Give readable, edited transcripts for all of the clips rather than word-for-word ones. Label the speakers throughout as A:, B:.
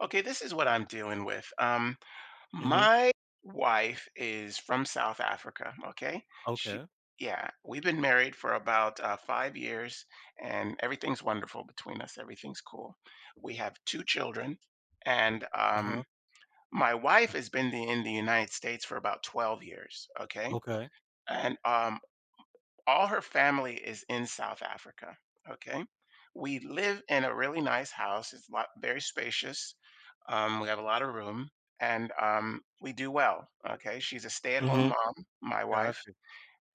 A: Okay, this is what I'm dealing with.
B: Mhm.
A: My wife is from South Africa. Okay, she,
B: Okay.
A: yeah, we've been married for about 5 years, and everything's wonderful between us. Everything's cool. We have two children, and
B: Uh-huh.
A: um, my wife has been in the United States for about 12 years. Okay,
B: Okay.
A: and all her family is in South Africa, okay? We live in a really nice house. It's very spacious. We have a lot of room and we do well, okay? She's a stay-at-home
B: Mhm.
A: mom, my
B: Got
A: wife,
B: you.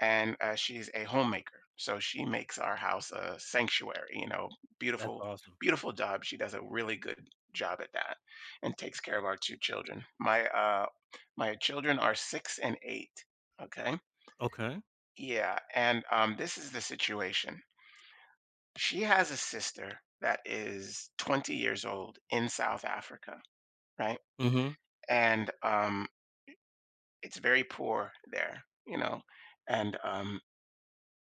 A: and she's a homemaker. So she makes our house a sanctuary,
B: That's
A: beautiful,
B: awesome.
A: beautiful job. She does a really good job at that and takes care of our two children. My children are six and eight, okay?
B: Okay.
A: Yeah, and this is the situation. She has a sister that is 20 years old in South Africa, right?
B: Mhm.
A: And It's very poor there, you know. And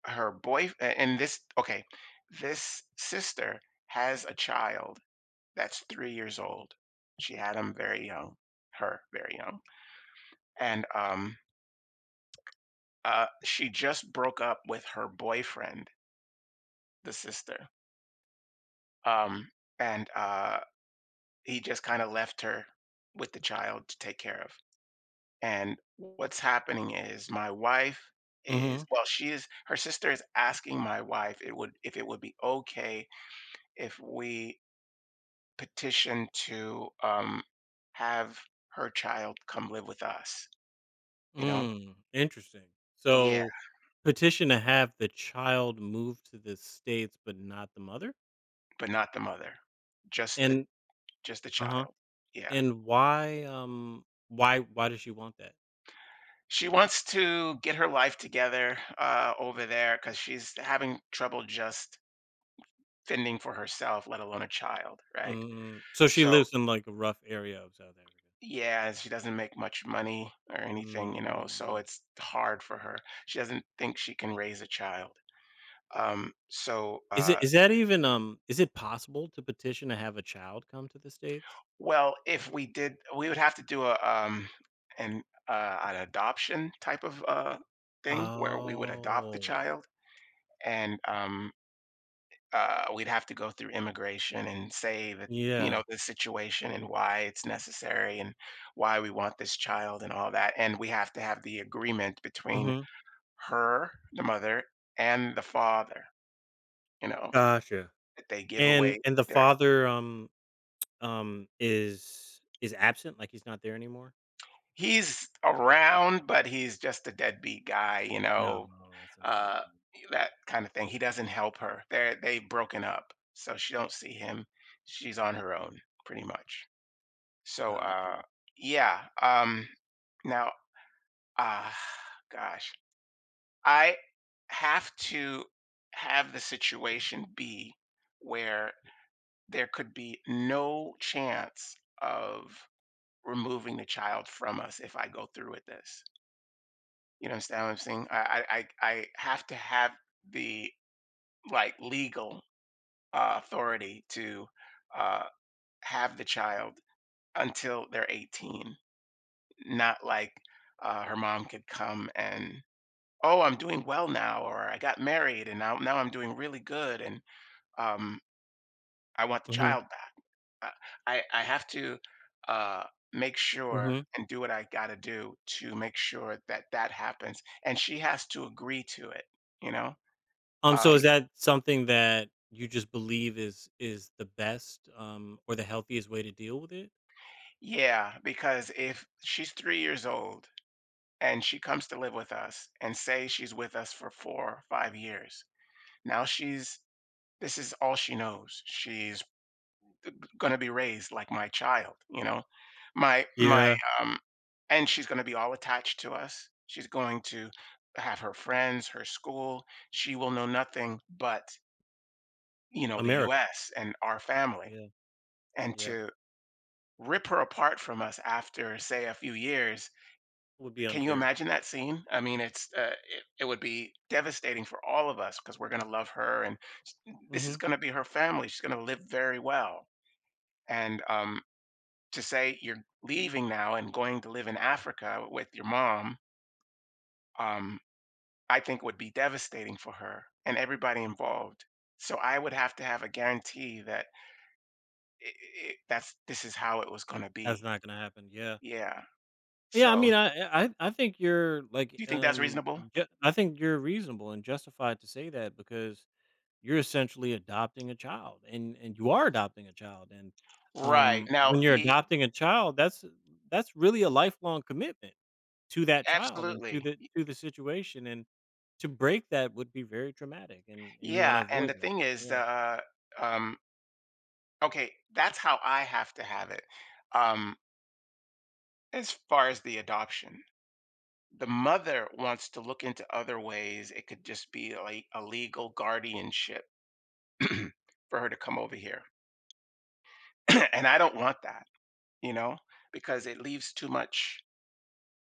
A: her boy, a- and this, okay, this sister has a child that's 3 years old. She had him very young, her very young. And She just broke up with her boyfriend, the sister. Um, and He just kinda left her with the child to take care of. And what's happening is my wife is
B: Mhm.
A: well, she is her sister is asking my wife it would if it would be okay if we petition to, have her child come live with us, you know?
B: Mm. Interesting.
A: Yeah,
B: So, petition to have the child move to the States, but not the mother?
A: but not the mother, just the
B: And
A: just the
B: uh-huh.
A: child. Yeah.
B: And why does she want that?
A: She wants to get her life together, over because she's having trouble just fending for herself, let alone a child, right?
B: Mm. So she
A: So
B: lives in, like, a rough area of South Africa.
A: yeah, she doesn't make much money or anything, you know, so
B: Mm.
A: it's hard for her. She doesn't think she can raise a child. Um, so uh,
B: Is that even, is it possible to petition to have a child come to the States?
A: well, if we did, we would have to do a an an adoption type of thing where we would adopt the
B: Oh.
A: child and we'd have to go through immigration and say that you know
B: Yeah.
A: the situation and why it's necessary and why we want this child and all that, and we have to have the agreement between
B: Mhm.
A: her the mother and the father, you know,
B: Gotcha.
A: that they give
B: And
A: away
B: the
A: their
B: father, is absent? Like, he's not there anymore?
A: he's around, but he's just a deadbeat guy, you
B: No,
A: know,
B: no, that's
A: uh,
B: unfortunate.
A: that kind of thing. He doesn't help her. They've broken up, so she don't see him. She's on her own, pretty much. So,
B: Gotcha.
A: yeah. Now, uh, gosh, I have to have the situation be where there could be no chance of removing the child from us if I go through with this. You understand what I'm saying? I have to have the, like, legal authority to uh, have the child until they're 18. Not like, her mom could come and, "Oh, I'm doing well now," or, "I got married and now I'm doing really good, and, um, I want the
B: Mhm,
A: child back." I I have to, uh, make sure
B: mhm.
A: and do what I gotta do to make sure that that happens, and she has to agree to it, you know? Um
B: So is that something that you just believe is the best, or the healthiest way to deal with it?
A: Yeah, because if she's 3 years old and she comes to live with us and say she's with us for 4 or 5 years, now she's— this is all she knows. She's gonna be raised like my child, you know? My my,
B: Yeah.
A: um and she's gonna be all attached to us. She's going to have her friends, her school. She will know nothing but, you know, the
B: America.
A: US and our family.
B: Yeah,
A: And
B: yeah.
A: to rip her apart from us after, say, a few years,
B: It would be
A: can you
B: unfair.
A: imagine that scene? I mean, it's, it it would be devastating for all of us because we're gonna love her, and s this is
B: Mhm.
A: gonna be her family. She's gonna live very well. And to say you're leaving now and going to live in Africa with your mom, um, I think would be devastating for her and everybody involved. So I would have to have a guarantee that I I that's this is how it was going to
B: That's
A: be.
B: not gonna happen. Yeah.
A: Yeah.
B: Yeah, I
A: So
B: mean, I think you're, like,
A: do you think that's reasonable?
B: ju I think you're reasonable and justified to say that, because you're essentially adopting a child. And
A: Right.
B: um,
A: Now
B: when you're
A: the
B: adopting a child, that's really a lifelong commitment to that child and to
A: Absolutely.
B: the situation. And to break that would be very traumatic, and you want to
A: Yeah, and
B: avoid
A: the
B: that.
A: thing is
B: Yeah,
A: um okay, that's how I have to have it. Um as far as the adoption, the mother wants to look into other ways. It could just be like a legal guardianship for her to come over here. And I don't want that, you know, because it leaves too much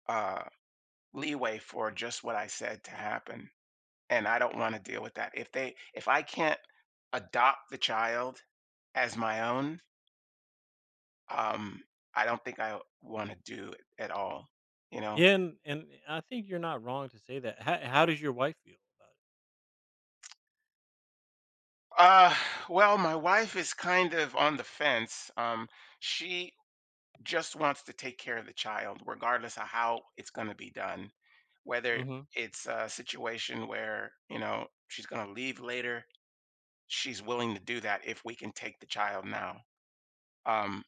A: uh, leeway for just what I said to happen. And I don't want to deal with that. If I can't adopt the child as my own, um, I don't think I want to do it at all, you know?
B: yeah. And I think you're not wrong to say that. How does your wife feel about
A: Uh, well, my wife is kind of on the fence. She just wants to take care of the child regardless of how it's going to be done,
B: it?
A: whether
B: Mm
A: it's a situation where, you know, she's going to leave later. She's willing to do that if we can take the child now, um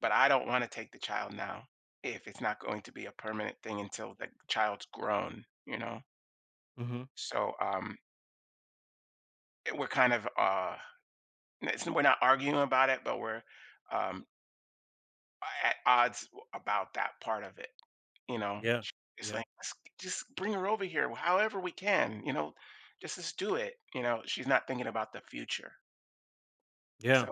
A: but I don't want to take the child now if it's not going to be a permanent thing until the child's grown, you know?
B: hmm mm hmm
A: So we're we're not arguing about it, but we're um at odds about that part of it. You know,
B: yeah.
A: sh It's
B: Yeah.
A: like, "Let's just bring her over here however we can," you know, Just do it," you know, she's not thinking about the future.
B: Yeah.
A: So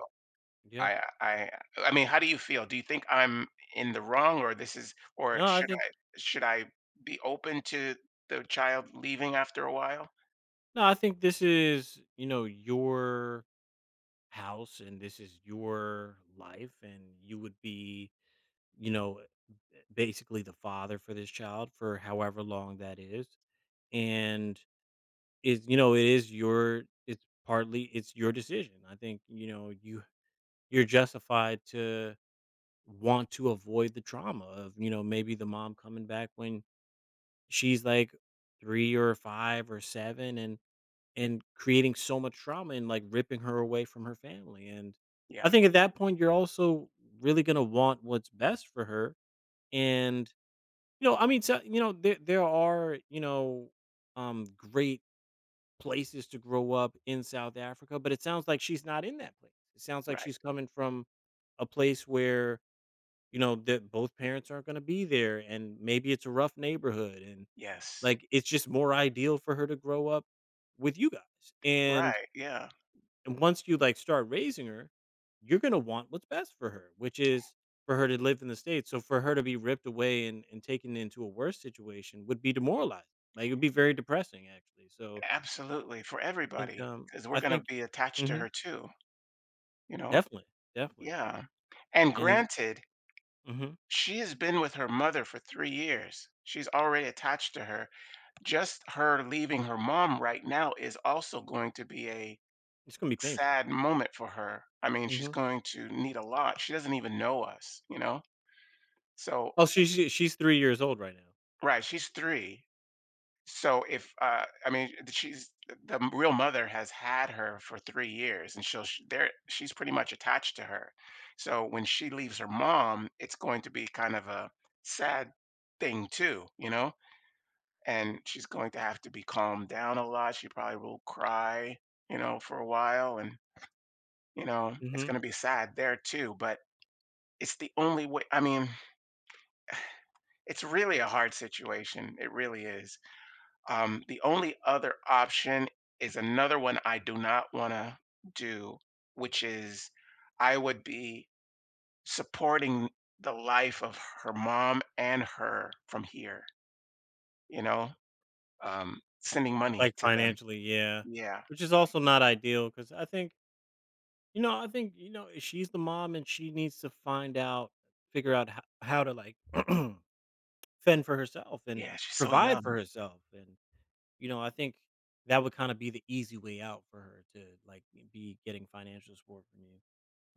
B: Yeah.
A: I I I mean, how do you feel? Do you think I'm in the wrong, or this is or
B: no i
A: should
B: think
A: I, should I be open to the child leaving after a while?
B: no, I think this is, you know, your house and this is your life, and you would be, you know, basically the father for this child for however long that is. And is, you know, it is your it's partly it's your decision, I think. You know, you you're justified to want to avoid the trauma of, you know, maybe the mom coming back when she's like 3 or 5 or 7, and creating so much trauma and like ripping her away from her family. And I
A: Yeah,
B: think at that point, you're also really going to want what's best for her. And, you know, I mean, so, you know, there are, you know, great places to grow up in South Africa, but it sounds like she's not in that place. It sounds like
A: right.
B: she's coming from a place where, you know, that both parents aren't going to be there, and maybe it's a rough neighborhood, and
A: Yes.
B: like it's just more ideal for her to grow up with you guys. And
A: Right, yeah.
B: once you, like, start raising her, you're gonna want what's best for her, which is for her to live in the States. So for her to be ripped away and taken into a worse situation would be demoralizing. Like, it would be very depressing, actually. So
A: Absolutely, for
B: I
A: everybody,
B: think,
A: because we 'cause we're
B: I
A: gonna
B: think.
A: be attached to
B: Mhm.
A: her too, you know?
B: Definitely, definitely.
A: Yeah, and
B: And.
A: granted,
B: Mhm.
A: she has been with her mother for 3 years. She's already attached to her. Just her leaving her mom right now is also going to be a
B: It's gonna be painful.
A: sad moment for her. I mean, she's
B: Mhm.
A: going to need a lot. She doesn't even know us, you know? So
B: Oh, she's 3 years old right now.
A: right, she's 3. So if, I mean, she's the real mother has had her for 3 years, and she'll sh there she's pretty much attached to her. So when she leaves her mom, it's going to be kind of a sad thing too, you know? And she's going to have to be calmed down a lot. She probably will cry, you know, for a while. And, you know, it's
B: Mhm.
A: going to be sad there too. But it's the only way. I mean, it's really a hard situation. It really is. The only other option is another one I do not want to do, which is I would be supporting the life of her mom and her from here, you know, sending money
B: Like,
A: to them.
B: financially, yeah.
A: Yeah.
B: Which is also not ideal, because I think, you know, I think, you know, she's the mom and she needs to find out, figure out how to like fend for herself and
A: Yeah. She's so
B: provide for
A: young.
B: herself. And, you know, I think that would kind of be the easy way out for her to like be getting financial support from you.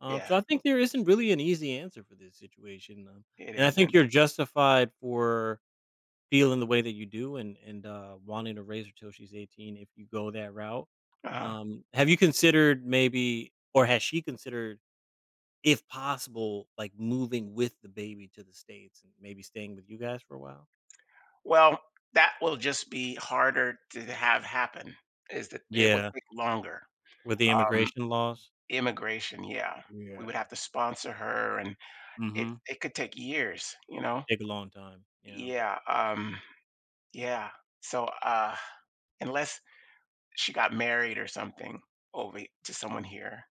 B: So
A: Yeah,
B: I think there isn't really an easy answer for this situation.
A: it
B: And I think
A: isn't.
B: you're justified for feeling the way that you do, and, wanting to raise her till she's 18 if you go that route.
A: Uh,
B: Have you considered, maybe, or has she considered, if possible, like, moving with the baby to the States and maybe staying with you guys for a while?
A: well, that will just be harder to have happen, is that it will
B: Yeah,
A: take longer.
B: with the
A: Um,
B: immigration laws.
A: immigration, yeah. We would
B: Yeah,
A: have to sponsor her, and it
B: mhm.
A: it could take years, you
B: It
A: know?
B: could take a long time. Yeah.
A: Yeah, yeah. So, unless she got married or something over to someone here,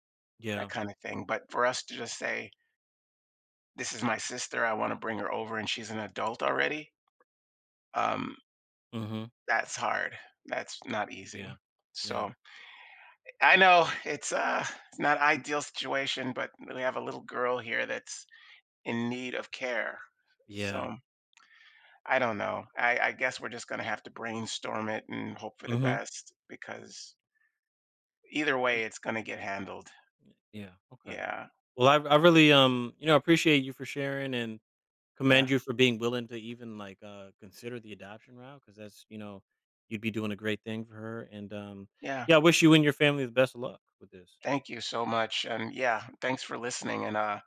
A: that
B: Yeah.
A: kind of thing. But for us to just say, this is my sister, I want to bring her over, and she's an adult already, um,
B: Mhm.
A: that's hard. That's not easy.
B: Yeah. Yeah.
A: So, I know it's not
B: M.
A: ideal situation, but we have a little girl here that's in need of care.
B: Yeah.
A: So, I don't know. I guess we're just gonna have to brainstorm it and hope for the
B: Mhm.
A: best, because either way, it's gonna get handled.
B: Yeah, okay.
A: Yeah.
B: Well, I really, you know, appreciate you for sharing, and commend
A: Yeah.
B: you for being willing to even, like, consider the adoption route, because that's, you know, you'd be doing a great thing for her, and,
A: Yeah.
B: yeah, I wish you and your family the best of luck with this.
A: Thank you so much, and, yeah, thanks for listening, and, uh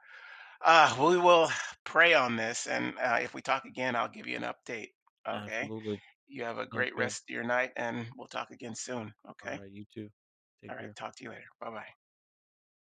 A: uh, we will pray on this, and, if we talk again, I'll give you an update. Okay?
B: Absolutely.
A: You have a
B: Sounds
A: great
B: good.
A: rest of your night, and we'll talk again soon. Okay.
B: Alright, you too.
A: All
B: Take
A: right.
B: care.
A: Talk to you later. Bye bye.